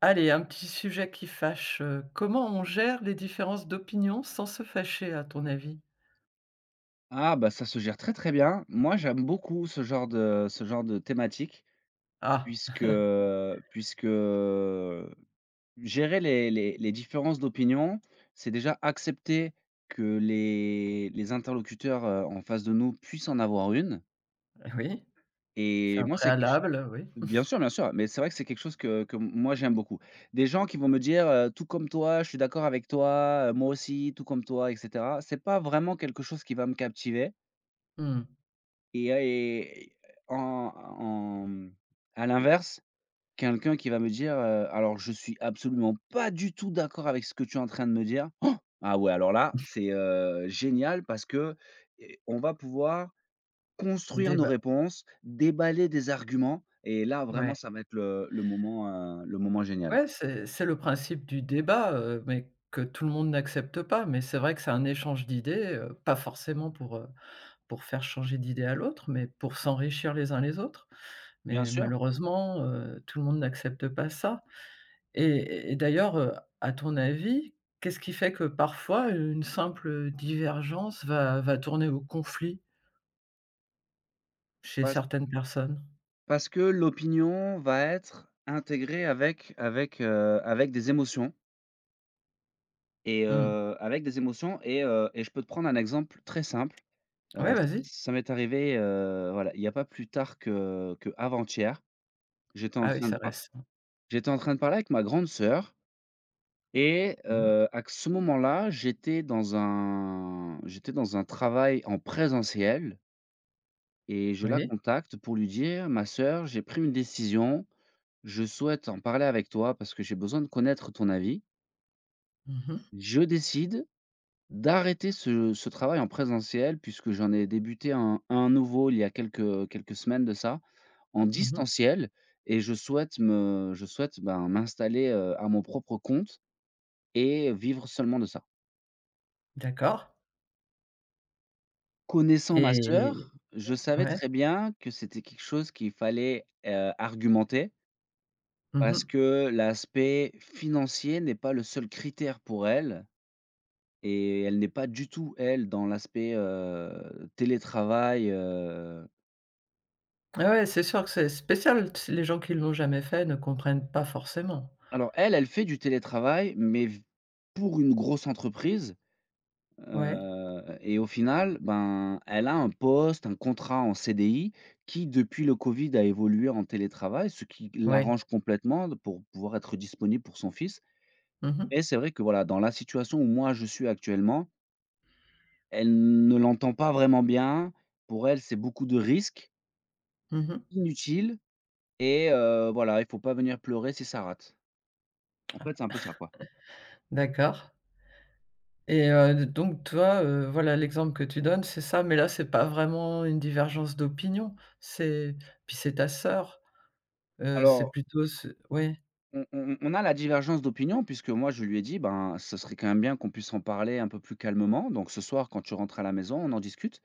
Allez, un petit sujet qui fâche. Comment on gère les différences d'opinion sans se fâcher, à ton avis? Ah bah, ça se gère très, très bien. Moi, j'aime beaucoup ce genre de thématique Ah, puisque puisque gérer les différences d'opinion, c'est déjà accepter que les interlocuteurs, en face de nous puissent en avoir une oui, c'est et un moi, c'est quelque ch préalable, oui. Bien sûr, mais c'est vrai que c'est quelque chose que moi, j'aime beaucoup. Des gens qui vont me dire, «Tout comme toi, je suis d'accord avec toi, moi aussi, tout comme toi», et cetera, c'est pas vraiment quelque chose qui va me captiver. Mmh. mmh. Et a et en en, mmh, À l'inverse, quelqu'un qui va me dire, «Alors je suis absolument pas du tout d'accord avec ce que tu es en train de me dire». Oh, Ah ouais, alors là, c'est, génial parce que et on va pouvoir construire nos Débat, réponses, déballer des arguments et là vraiment ouais. ça va être le moment, le moment génial. Ouais, c'est le principe du débat, mais que tout le monde n'accepte pas. Mais c'est vrai que c'est un échange d'idées, pas forcément pour faire changer d'idée à l'autre, mais pour s'enrichir les uns les autres. Bien Mais sûr, malheureusement, tout le monde n'accepte pas ça. Et d'ailleurs, à ton avis, qu'est-ce qui fait que parfois une simple, divergence va tourner au conflit chez parce certaines personnes? parce que l'opinion va être intégrée avec des émotions. Et Mmh. Avec des émotions et je peux te prendre un exemple très simple. Ouais, ça vas-y. ça m'est arrivé, voilà, il y a pas plus tard que avant hier J'étais en Ah oui, train de ça par reste J'étais en train de parler avec ma grande sœur et mmh, à ce moment-là, j'étais dans un travail en présentiel et je la oui. contacte pour lui dire: «Ma sœur, j'ai pris une décision. Je souhaite en parler avec toi parce que j'ai besoin de connaître ton avis. Mmh mh. Je décide d'arrêter ce travail en présentiel puisque j'en ai débuté un nouveau il y a quelques semaines de ça, en Mmh distanciel et je souhaite, ben, m'installer, à mon propre compte et vivre seulement de ça. D'accord Connaissant ma et sœur, je savais ouais. très bien que c'était quelque chose qu'il fallait, argumenter Mmh parce mh. que l'aspect financier n'est pas le seul critère pour elle et elle n'est pas du tout, elle, dans l'aspect, télétravail, Ouais, ouais, c'est sûr que c'est spécial. T les gens qui l'ont jamais fait ne comprennent pas forcément. Alors elle, elle fait du télétravail, mais v pour une grosse entreprise, Ouais, et au final, ben, elle a un poste, un contrat en CDI qui, depuis le covid, a évolué en télétravail, ce qui ouais. l'arrange complètement de pour pouvoir être disponible pour son fils. Mmh mh. Et c'est vrai que, voilà, dans la situation où moi je suis actuellement, elle ne l'entend pas vraiment bien. Pour elle, c'est beaucoup de risques Mmh inutiles et voilà, il faut pas venir pleurer si ça rate. En fait, c'est un peu ça, quoi. D'accord. Et donc toi, voilà l'exemple que tu donnes, c'est ça, mais là, c'est pas vraiment une divergence d'opinion, c'est puis c'est ta sœur, c'est Alors, plutôt ce oui. on a la divergence d'opinion puisque moi je lui ai dit: «Ben, ce serait quand même bien qu'on puisse en parler un peu plus calmement. Donc ce soir quand tu rentres à la maison, on en discute»,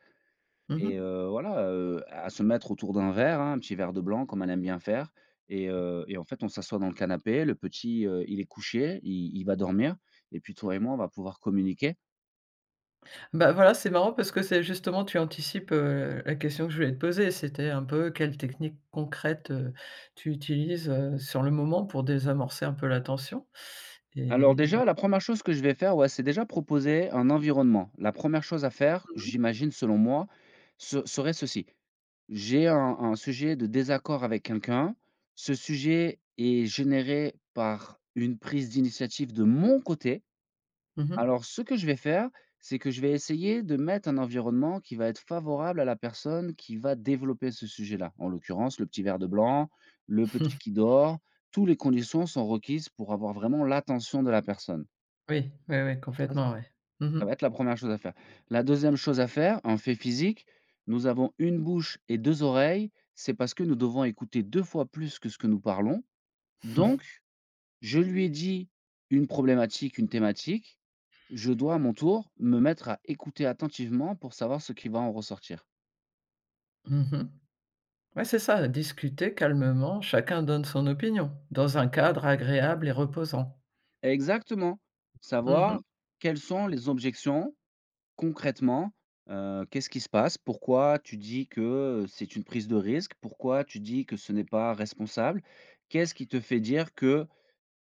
Mmh et voilà, à se mettre autour d'un verre, hein, un petit verre de blanc comme elle aime bien faire et en fait on s'assoit dans le canapé. Le petit, il est couché, il va dormir et puis toi et moi on va pouvoir communiquer. Bah, voilà, c'est marrant parce que c'est justement tu anticipes, la question que je voulais te poser, c'était un peu quelle technique concrète, tu utilises, sur le moment pour désamorcer un peu la tension Alors déjà et la première chose que je vais faire, ouais, c'est déjà proposer un environnement. La première chose à faire, mmh mh. j'imagine selon moi, ce serait ceci. J'ai un sujet de désaccord avec quelqu'un. Ce sujet est généré par une prise d'initiative de mon côté. Alors, ce que je vais faire, c'est que je vais essayer de mettre un environnement qui va être favorable à la personne qui va développer ce sujet-là. En l'occurrence, le petit verre de blanc, le petit qui dort, toutes les conditions sont requises pour avoir vraiment l'attention de la personne. Oui, oui, oui, Ça, complètement, oui. Mmh ça va être la première chose à faire. La deuxième chose à faire, en fait physique, nous avons une bouche et 2 oreilles, c'est parce que nous devons écouter 2 fois plus que ce que nous parlons. Donc, je lui ai dit une problématique, une thématique, je dois à mon tour me mettre à écouter attentivement pour savoir ce qui va en ressortir. Ouais, c'est ça, discuter calmement, chacun donne son opinion, dans un cadre agréable et reposant. Exactement, Mmh savoir mh. quelles sont les objections. Concrètement, qu'est-ce qui se passe? Pourquoi tu dis que c'est une prise de risque? Pourquoi tu dis que ce n'est pas responsable? Qu'est-ce qui te fait dire que,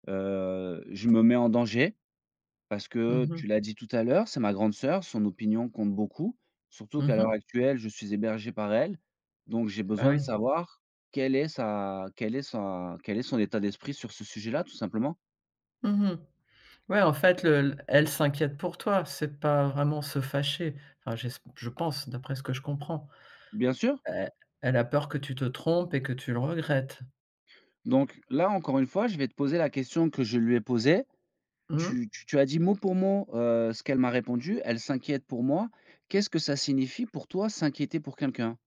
je me mets en danger? Parce que Mmh tu l'as dit tout à l'heure, c'est ma grande sœur, son opinion compte beaucoup, surtout qu'à l'heure Mmh actuelle, je suis hébergé par elle, donc j'ai Ah besoin de oui. savoir quel est son état d'esprit sur ce sujet-là, tout simplement. Mmh Ouais, en fait, le l elle s'inquiète pour toi, c'est pas vraiment se fâcher. Enfin, j'esp je pense, d'après ce que je comprends. Bien sûr, Elle elle a peur que tu te trompes et que tu le regrettes. donc là, encore une fois, je vais te poser la question que je lui ai posée. Mmh. Tu as dit mot pour mot, ce qu'elle m'a répondu. Elle s'inquiète pour moi. Qu'est-ce que ça signifie pour toi s'inquiéter pour quelqu'un?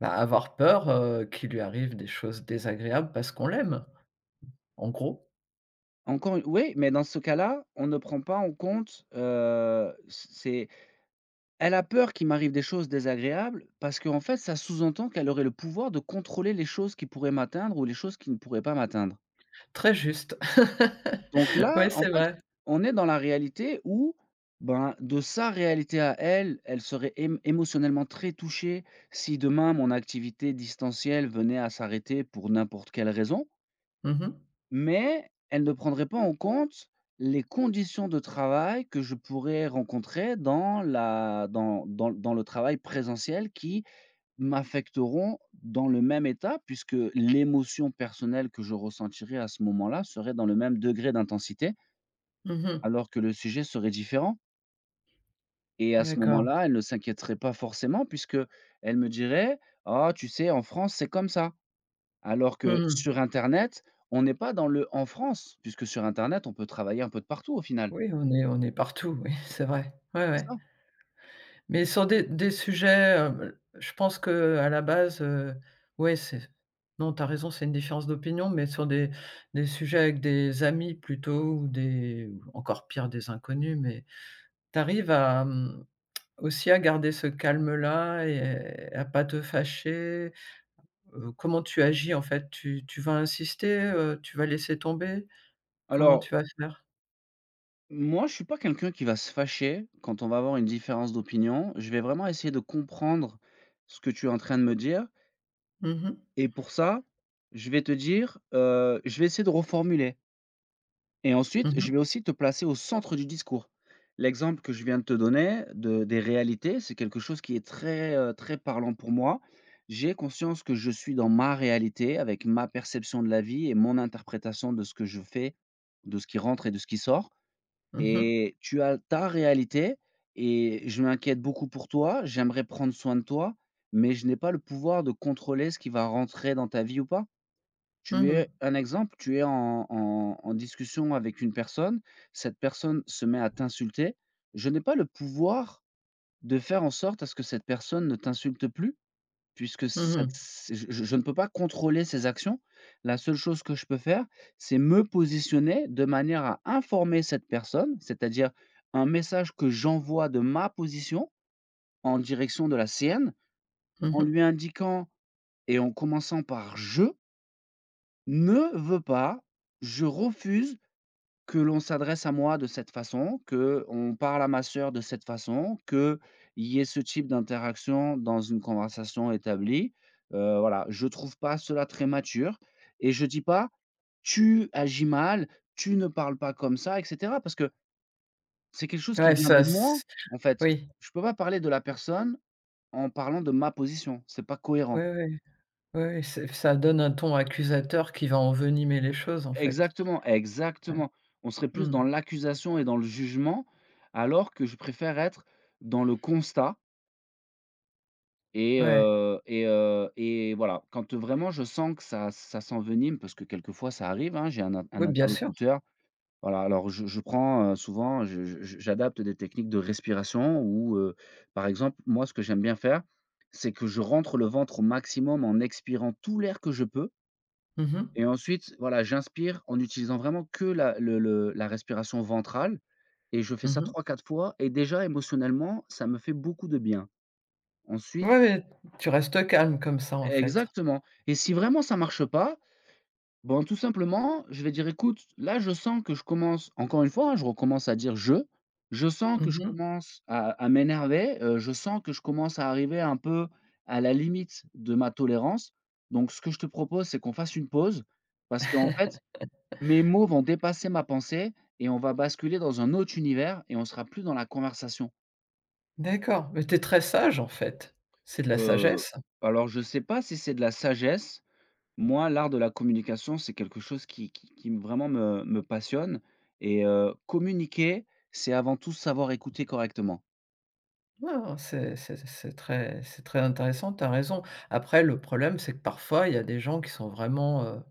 Bah, avoir peur, qu'il lui arrive des choses désagréables parce qu'on l'aime, en gros. Encore une Oui, mais dans ce cas-là, on ne prend pas en compte, c'est elle a peur qu'il m'arrive des choses désagréables parce qu'en fait, ça sous-entend qu'elle aurait le pouvoir de contrôler les choses qui pourraient m'atteindre ou les choses qui ne pourraient pas m'atteindre. Très juste. Donc là, Ouais, en c'est fait, vrai. on est dans la réalité où, ben, de sa réalité à elle, elle serait ém émotionnellement très touchée si demain mon activité distancielle venait à s'arrêter pour n'importe quelle raison, Mmh mh. mais elle ne prendrait pas en compte les conditions de travail que je pourrais rencontrer dans la dans dans dans le travail présentiel qui m'affecteront dans le même état puisque l'émotion personnelle que je ressentirais à ce moment-là serait dans le même degré d'intensité. Mmh Alors que le sujet serait différent et à ce D'accord. moment-là, elle ne s'inquiéterait pas forcément puisque elle me dirait: «Ah, tu sais, en France, c'est comme ça». Alors que Mmh sur internet, on n'est pas dans le «en France», puisque sur internet, on peut travailler un peu de partout au final, Oui, on est partout, oui, c'est vrai. Ouais, c'est ouais. ça? Mais sur des sujets, je pense que à la base, ouais, c'est non, tu as raison, c'est une différence d'opinion, mais sur des sujets avec des amis plutôt ou des ou encore pire, des inconnus, mais tu arrives à, mmh, aussi à garder ce calme-là et à pas te fâcher? Comment tu agis, en fait? Tu vas insister, tu vas laisser tomber? Comment Alors, tu vas faire? moi, je suis pas quelqu'un qui va se fâcher quand on va avoir une différence d'opinion. Je vais vraiment essayer de comprendre ce que tu es en train de me dire Mmh mh. et pour ça, je vais te dire, je vais essayer de reformuler. Et Mmh ensuite, je vais mh. aussi te placer au centre du discours. L'exemple que je viens de te donner de des réalités, c'est quelque chose qui est très, très parlant pour moi. J'ai conscience que je suis dans ma réalité avec ma perception de la vie et mon interprétation de ce que je fais, de ce qui rentre et de ce qui sort Mmh et tu as ta réalité et je m'inquiète beaucoup pour toi, j'aimerais prendre soin de toi, mais je n'ai pas le pouvoir de contrôler ce qui va rentrer dans ta vie ou pas. Tu Mmh es un exemple, tu es en discussion avec une personne, cette personne se met à t'insulter. Je n'ai pas le pouvoir de faire en sorte à ce que cette personne ne t'insulte plus, puisque ça Mmh c'est je ne peux pas contrôler ses actions. La seule chose que je peux faire, c'est me positionner de manière à informer cette personne, c'est-à-dire un message que j'envoie de ma position en direction de la sienne, Mmh en mh. lui indiquant et en commençant par «je». Ne veut pas, je refuse que l'on s'adresse à moi de cette façon, que on parle à ma sœur de cette façon, qu'il y ait ce type d'interaction dans une conversation établie. Voilà, je trouve pas cela très mature et je dis pas: «Tu agis mal, tu ne parles pas comme ça», et cetera, parce que c'est quelque chose qui Ouais, vient ça de moi, s en fait. oui, Je peux pas parler de la personne en parlant de ma position, c'est pas cohérent. oui, oui, oui, oui, c'est ça donne un ton accusateur qui va envenimer les choses, en fait. Exactement, Ouais. exactement. On serait plus Mmh. dans l'accusation et dans le jugement, alors que je préfère être dans le constat et Ouais. heu et heu et voilà. Quand vraiment je sens que ça s'envenime, parce que quelquefois ça arrive, hein, j'ai un in un Oui, bien sûr. interlocuteur, voilà, alors je prends, souvent je j'adapte des techniques de respiration ou par exemple, moi, ce que j'aime bien faire, c'est que je rentre le ventre au maximum en expirant tout l'air que je peux Mmh mh. et ensuite, voilà, j'inspire en utilisant vraiment que la le la respiration ventrale et je fais Mmh ça mh. 3 4 fois et déjà émotionnellement, ça me fait beaucoup de bien. Ensuite, Ouais, ouais, tu restes calme comme ça, en fait. exactement, et si vraiment ça marche pas, bon, tout simplement, je vais dire: «Écoute, là, je sens que je commence», encore une fois, hein, je recommence à dire: «Je». «Je sens que Mmh je mh. commence à m'énerver, je sens que je commence à arriver un peu à la limite de ma tolérance. Donc ce que je te propose, c'est qu'on fasse une pause parce qu'en fait» mes mots vont dépasser ma pensée et on va basculer dans un autre univers et on sera plus dans la conversation. D'accord, mais tu es très sage, en fait. C'est de la Heu, sagesse. alors je sais pas si c'est de la sagesse. Moi, l'art de la communication, c'est quelque chose qui vraiment me passionne et communiquer, c'est avant tout savoir écouter correctement. Ouais, ouais, c'est très c'est très intéressant, tu as raison. Après le problème, c'est que parfois, il y a des gens qui sont vraiment,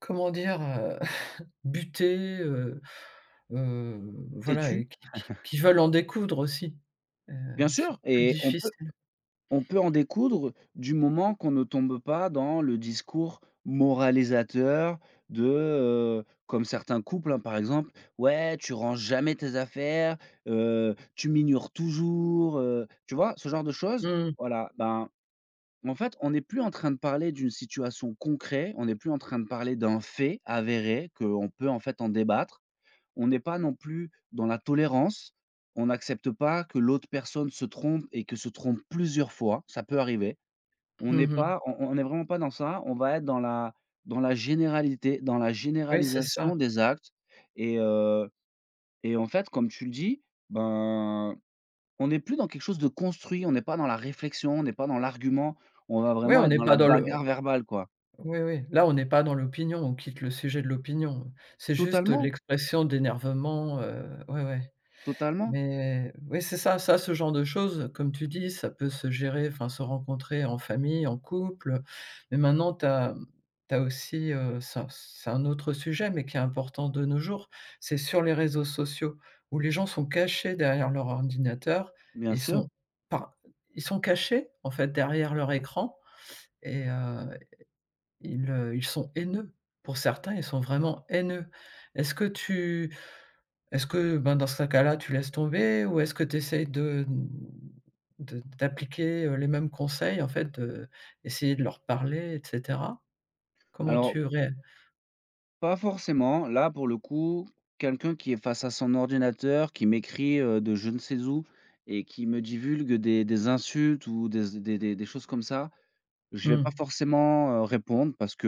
comment dire? Butés, Heu, T'es voilà tu et qui qui veulent en découdre aussi. Heu, Bien c'est sûr plus et difficile. on peut en découdre du moment qu'on ne tombe pas dans le discours moralisateur comme certains couples, hein, par exemple: «Ouais, tu ranges jamais tes affaires, tu m'ignores toujours», tu vois? Ce genre de choses. Mmh. Voilà, ben, en fait, on n'est plus en train de parler d'une situation concrète, on n'est plus en train de parler d'un fait avéré qu'on peut, en fait, en débattre. On n'est pas non plus dans la tolérance. On n'accepte pas que l'autre personne se trompe et que se trompe plusieurs fois, ça peut arriver. On Mmh n'est mh. pas on on est vraiment pas dans ça, on va être dans la généralité, dans la Oui, c'est ça. généralisation des actes et heu et en fait, comme tu le dis, ben, on n'est plus dans quelque chose de construit, on n'est pas dans la réflexion, on n'est pas dans l'argument, on va Ouais, vraiment on être n'est dans pas la dans le bagarre verbale, quoi. oui, oui, là, on n'est pas dans l'opinion, on quitte le sujet de l'opinion. C'est juste Totalement, l'expression d'énervement, ouais, ouais. totalement, Mais oui, c'est ça, ça, ce genre de choses, comme tu dis, ça peut se gérer, enfin, se rencontrer en famille, en couple. Mais maintenant, tu as aussi, ça c'est un autre sujet, mais qui est important de nos jours, c'est sur les réseaux sociaux où les gens sont cachés derrière leur ordinateur bien et sûr. sont par ils sont cachés, en fait, derrière leur écran et ils, ils sont haineux. Pour certains, ils sont vraiment haineux. Est-ce que tu est-ce que, ben, dans ce cas-là, tu laisses tomber ou est-ce que tu essaies de d'appliquer, les mêmes conseils, en fait, de essayer de leur parler et cetera? Comment Alors tu ré pas forcément. Là, pour le coup, quelqu'un qui est face à son ordinateur, qui m'écrit, de je ne sais où et qui me divulgue des insultes ou des choses comme ça, je vais mmh, pas forcément, répondre parce que,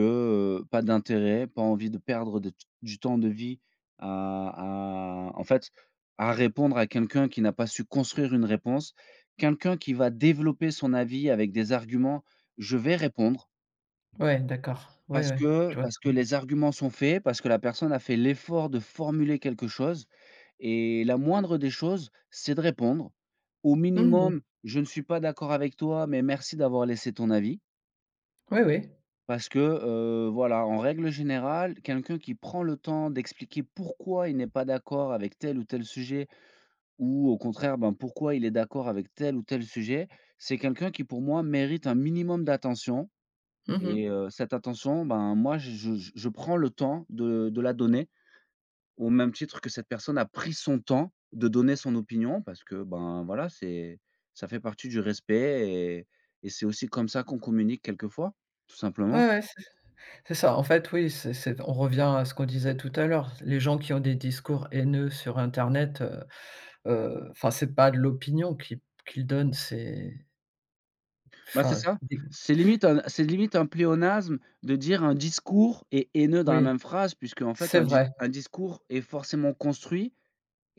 pas d'intérêt, pas envie de perdre de du temps de vie à en fait, à répondre à quelqu'un qui n'a pas su construire une réponse. Quelqu'un qui va développer son avis avec des arguments, je vais répondre. ouais, d'accord. Ouais, Parce ouais, que je vois parce très que bien. les arguments sont faits, parce que la personne a fait l'effort de formuler quelque chose et la moindre des choses, c'est de répondre. Au Mmh minimum: «Je ne suis pas d'accord avec toi, mais merci d'avoir laissé ton avis». Oui, oui. Parce que, voilà, en règle générale, quelqu'un qui prend le temps d'expliquer pourquoi il n'est pas d'accord avec tel ou tel sujet ou au contraire, ben, pourquoi il est d'accord avec tel ou tel sujet, c'est quelqu'un qui pour moi mérite un minimum d'attention. Et Mmh cette attention, ben, moi, je prends le temps de la donner, au même titre que cette personne a pris son temps de donner son opinion parce que, ben, voilà, c'est ça fait partie du respect et c'est aussi comme ça qu'on communique quelquefois, tout simplement. Ouais, ouais, c'est ça. En fait, oui, c'est on revient à ce qu'on disait tout à l'heure. Les gens qui ont des discours haineux sur internet, enfin, c'est pas de l'opinion qu'ils donnent, c'est Ben c'est enfin, ça, des c'est limite un pléonasme de dire un discours et haineux dans la oui, même phrase puisque en fait c'est vrai. un discours est forcément construit.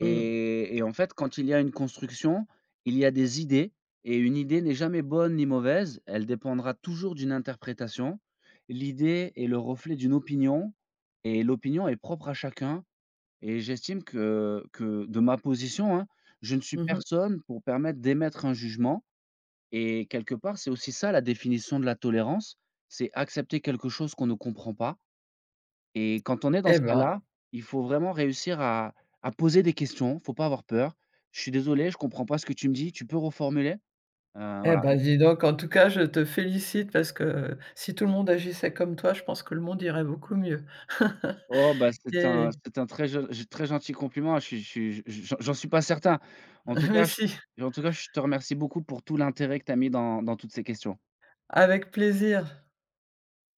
Mmh. Et en fait, quand il y a une construction, il y a des idées et une idée n'est jamais bonne ni mauvaise, elle dépendra toujours d'une interprétation. L'idée est le reflet d'une opinion et l'opinion est propre à chacun et j'estime que de ma position, hein, je ne suis Mmh personne pour permettre d'émettre un jugement et quelque part, c'est aussi ça la définition de la tolérance, c'est accepter quelque chose qu'on ne comprend pas et quand on est dans Eh ce ben cas-là, il faut vraiment réussir à poser des questions, faut pas avoir peur. «Je suis désolé, je comprends pas ce que tu me dis, tu peux reformuler?» Voilà. D dis donc, en tout cas, je te félicite parce que si tout le monde agissait comme toi, je pense que le monde irait beaucoup mieux. «Oh bah, Et c'est un très gentil compliment, hein, je suis je suis je j'en j'en suis pas certain. En tout mais cas, je si, en tout cas, je te remercie beaucoup pour tout l'intérêt que tu as mis dans toutes ces questions». avec plaisir.